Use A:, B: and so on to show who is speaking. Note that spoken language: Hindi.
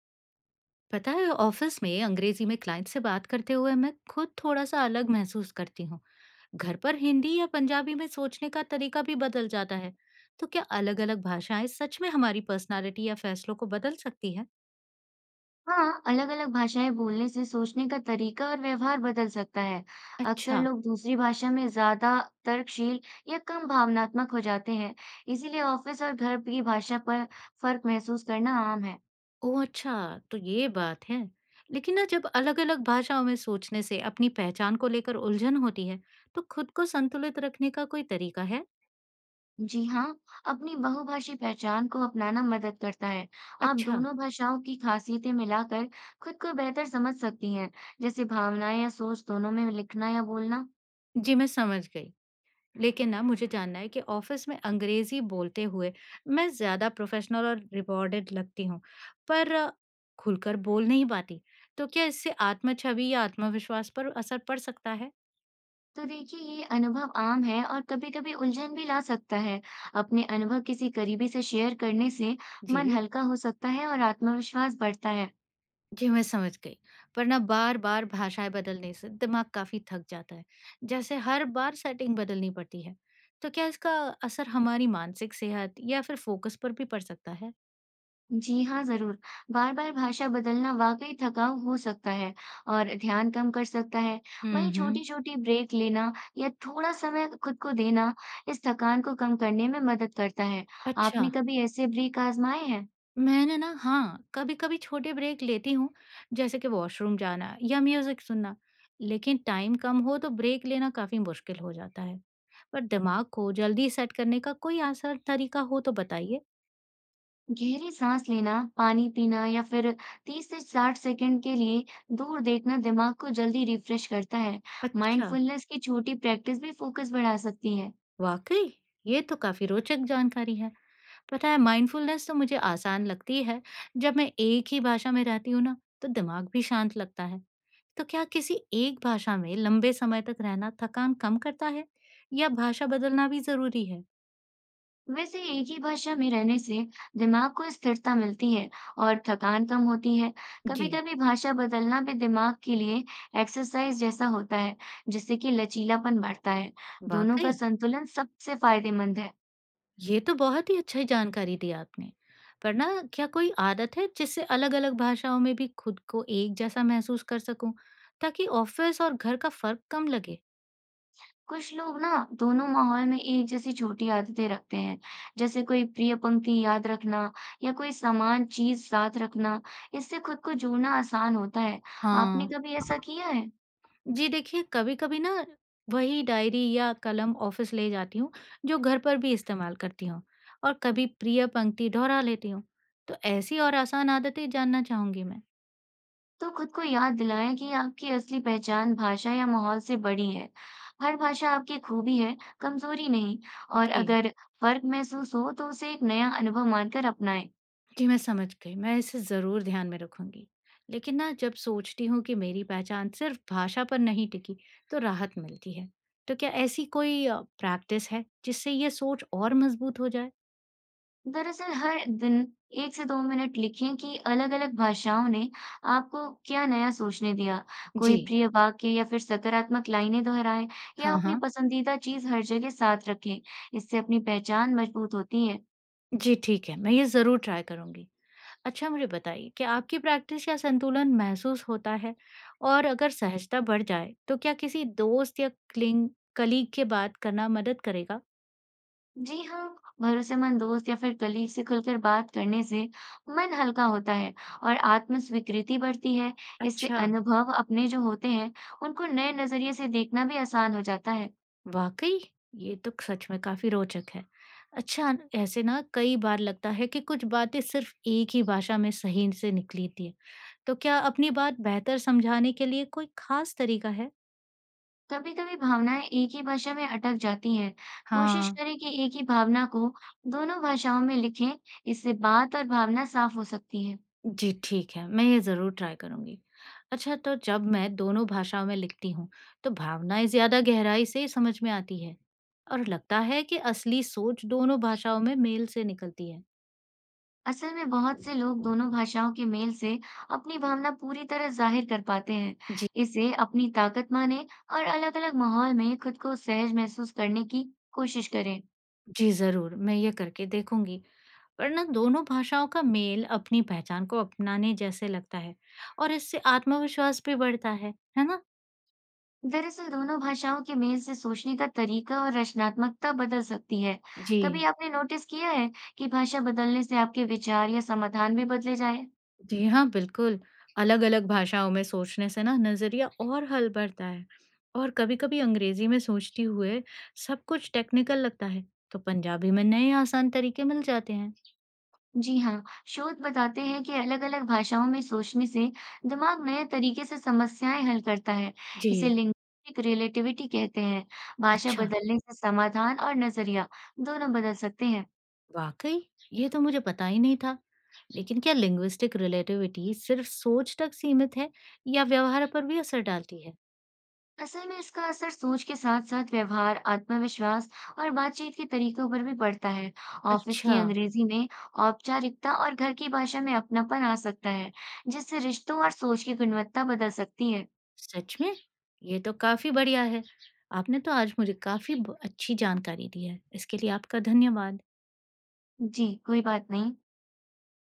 A: पता है ऑफिस में अंग्रेजी में क्लाइंट से बात करते हुए मैं खुद थोड़ा सा अलग महसूस करती हूँ। घर पर हिंदी या पंजाबी में सोचने का तरीका भी बदल जाता है। तो क्या अलग अलग भाषाएं सच में हमारी पर्सनालिटी या फैसलों को बदल सकती है?
B: हाँ, अलग-अलग भाषाएं बोलने से सोचने का तरीका और व्यवहार बदल सकता है। अक्सर
A: अच्छा।
B: लोग दूसरी भाषा में ज्यादा तर्कशील या कम भावनात्मक हो जाते हैं, इसीलिए ऑफिस और घर की भाषा पर फर्क महसूस करना आम है।
A: ओ अच्छा, तो ये बात है। लेकिन ना, जब अलग अलग भाषाओं में सोचने से अपनी पहचान को लेकर उलझन होती है, तो खुद को संतुलित रखने का कोई तरीका है?
B: जी हाँ, अपनी बहुभाषी पहचान को अपनाना मदद करता है। आप
A: अच्छा।
B: दोनों भाषाओं की खासियतें मिलाकर खुद को बेहतर समझ सकती हैं, जैसे भावनाएं या सोच दोनों में लिखना या बोलना।
A: जी, मैं समझ गई। लेकिन ना, मुझे जानना है कि ऑफिस में अंग्रेजी बोलते हुए मैं ज्यादा प्रोफेशनल और रिवॉर्डेड लगती हूँ, पर खुलकर बोल नहीं पाती। तो क्या इससे आत्म छवि या आत्मविश्वास पर असर पड़ सकता है?
B: तो देखिए ये अनुभव आम है और कभी-कभी उलझन भी ला सकता है। अपने अनुभव किसी करीबी से शेयर करने से
A: जी।
B: मन हल्का हो सकता है और आत्मविश्वास बढ़ता है।
A: जी, मैं समझ गई। पर ना, बार बार भाषाएं बदलने से दिमाग काफी थक जाता है। जैसे हर बार सेटिंग बदलनी पड़ती है। तो क्या इसका असर हमारी मानसिक सेहत या फिर फोकस पर भी पड़ सकता है?
B: जी हाँ, ज़रूर। बार-बार भाषा बदलना वाकई थकाऊ हो सकता है और ध्यान कम कर सकता है। वहीं
A: हम्म।
B: छोटी-छोटी ब्रेक लेना या थोड़ा समय खुद को देना इस थकान को कम करने में मदद करता है।
A: अच्छा।
B: आपने कभी ऐसे ब्रेक आजमाए हैं?
A: मैंने ना, हाँ, कभी-कभी छोटे ब्रेक लेती हूँ, जैसे कि वॉशरूम जाना या म्यूज़िक सुनना। लेकिन टाइम कम हो तो ब्रेक लेना काफ़ी मुश्किल हो जाता है। पर दिमाग को जल्दी सेट करने का कोई आसान तरीका हो तो बताइए।
B: गहरी सांस लेना, पानी पीना या फिर 30 से 60 सेकंड के लिए दूर देखना दिमाग को जल्दी रिफ्रेश करता है।
A: अच्छा।
B: माइंडफुलनेस की छोटी प्रैक्टिस भी फोकस बढ़ा सकती है।
A: वाकई, ये तो काफी रोचक जानकारी है। पता है, माइंडफुलनेस तो मुझे आसान लगती है। जब मैं एक ही भाषा में रहती हूँ ना, तो दिमाग भी शांत लगता है। तो क्या किसी एक भाषा में लंबे समय तक रहना थकान कम करता है, या भाषा बदलना भी जरूरी है?
B: वैसे एक ही भाषा में रहने से दिमाग को स्थिरता मिलती है और थकान कम होती है।
A: जी।
B: कभी-कभी भाषा बदलना भी दिमाग के लिए एक्सरसाइज जैसा होता है, जिससे कि लचीलापन बढ़ता है। दोनों का
A: वाकई,
B: संतुलन सबसे फायदेमंद है।
A: ये तो बहुत ही अच्छी जानकारी दी आपने। पर ना, क्या कोई आदत है जिससे अलग अलग भाषाओं में भी खुद को एक जैसा महसूस कर सकूं, ताकि ऑफिस और घर का फर्क कम लगे?
B: कुछ लोग ना दोनों माहौल में एक जैसी छोटी आदतें रखते हैं, जैसे कोई प्रिय पंक्ति याद रखना या कोई सामान चीज साथ रखना। इससे खुद को जोड़ना आसान होता है। आपने
A: हाँ।
B: कभी ऐसा किया है?
A: जी देखिए, कभी-कभी ना, वही डायरी या कलम ऑफिस ले जाती हूँ, जो घर पर भी इस्तेमाल करती हूँ, और कभी प्रिय पंक्ति दोहरा लेती हूँ। तो ऐसी और आसान आदतें जानना चाहूँगी मैं।
B: तो खुद को याद दिलाएं कि आपकी असली पहचान भाषा या माहौल से बड़ी है। हर भाषा आपकी खूबी है, कमजोरी नहीं। और
A: जी।
B: अगर फर्क महसूस हो तो उसे एक नया अनुभव मानकर अपनाएं।
A: जी, मैं समझ गई। मैं इसे ज़रूर ध्यान में रखूँगी। लेकिन ना, जब सोचती हूँ कि मेरी पहचान सिर्फ़ भाषा पर नहीं टिकी, तो राहत मिलती है। तो क्या ऐसी कोई प्रैक्टिस है, जिससे ये सोच और मज़बूत हो जाए?
B: दरअसल हर दिन एक से दो मिनट लिखें कि अलग-अलग भाषाओं ने आपको क्या नया सोचने दिया। कोई
A: जी।
B: प्रिय वाक्य या फिर सकारात्मक लाइनें दोहराएं या
A: हाँ,
B: अपनी
A: हाँ।
B: पसंदीदा चीज हर जगह साथ रखें। इससे अपनी पहचान मजबूत होती है।
A: जी, ठीक है। मैं ये ज़रूर ट्राई करूँगी। अच्छा, मुझे बताइए कि आपकी प्रैक्टिस या संतुलन महसूस होता है, और अगर सहजता बढ़ जाए तो क्या किसी दोस्त या क्लिंग कलीग के बात करना मदद करेगा?
B: जी हाँ, भरोसेमंद दोस्त या फिर कलीग से खुलकर बात करने से मन हल्का होता है और आत्मस्वीकृति बढ़ती है। इससे
A: अच्छा।
B: अनुभव अपने जो होते हैं, उनको नए नजरिए से देखना भी आसान हो जाता है।
A: वाकई, ये तो सच में काफी रोचक है। अच्छा, ऐसे ना कई बार लगता है कि कुछ बातें सिर्फ एक ही भाषा में सही से निकली थी। तो क्या अपनी बात बेहतर समझाने के लिए कोई खास तरीका है?
B: कभी कभी भावनाएं एक ही भाषा में अटक जाती हैं। कोशिश
A: हाँ।
B: करें कि एक ही भावना को दोनों भाषाओं में लिखें, इससे बात और भावना साफ हो सकती है।
A: जी, ठीक है। मैं ये ज़रूर ट्राई करूँगी। अच्छा, तो जब मैं दोनों भाषाओं में लिखती हूँ, तो भावनाएँ ज़्यादा गहराई से समझ में आती है, और लगता है कि असली सोच दोनों भाषाओं में मेल से निकलती है।
B: असल में बहुत से लोग दोनों भाषाओं के मेल से अपनी भावना पूरी तरह जाहिर कर पाते हैं।
A: जी।
B: इसे अपनी ताकत माने और अलग-अलग माहौल में खुद को सहज महसूस करने की कोशिश करें।
A: जी ज़रूर, मैं ये करके देखूँगी। पर ना, दोनों भाषाओं का मेल अपनी पहचान को अपनाने जैसे लगता है, और इससे आत्मविश्वास भी बढ़ता है ना?
B: दरअसल दोनों भाषाओं के मेल से सोचने का तरीका और रचनात्मकता बदल सकती है।
A: जी।
B: कभी आपने नोटिस किया है कि भाषा बदलने से आपके विचार या समाधान भी बदले जाए?
A: जी हाँ, बिल्कुल। अलग-अलग भाषाओं में सोचने से ना, नज़रिया और हल बढ़ता है। और कभी-कभी अंग्रेज़ी में सोचते हुए सब कुछ टेक्निकल लगता है, तो पंजाबी में नए आसान तरीके मिल जाते हैं।
B: जी हाँ, शोध बताते हैं कि अलग-अलग भाषाओं में सोचने से दिमाग नए तरीके से समस्याएं हल करता है। इसे
A: जी।
B: लिंग्विस्टिक रिलेटिविटी कहते हैं। भाषा
A: अच्छा,
B: बदलने से समाधान और नजरिया दोनों बदल सकते हैं।
A: वाक़ई? ये तो मुझे पता ही नहीं था। लेकिन क्या लिंग्विस्टिक रिलेटिविटी सिर्फ सोच तक सीमित है, या व्यवहार पर भी असर डालती है?
B: असल में इसका असर सोच के साथ साथ व्यवहार, आत्मविश्वास और बातचीत के तरीकों पर भी पड़ता है। ऑफिस की
A: अच्छा,
B: अंग्रेजी में औपचारिकता और घर की भाषा में अपनापन आ सकता है, जिससे रिश्तों और सोच की गुणवत्ता बदल सकती है।
A: सच में? ये तो काफ़ी बढ़िया है। आपने तो आज मुझे काफ़ी ब अच्छी जानकारी दी है। इसके लिए आपका धन्यवाद।
B: जी, कोई बात नहीं।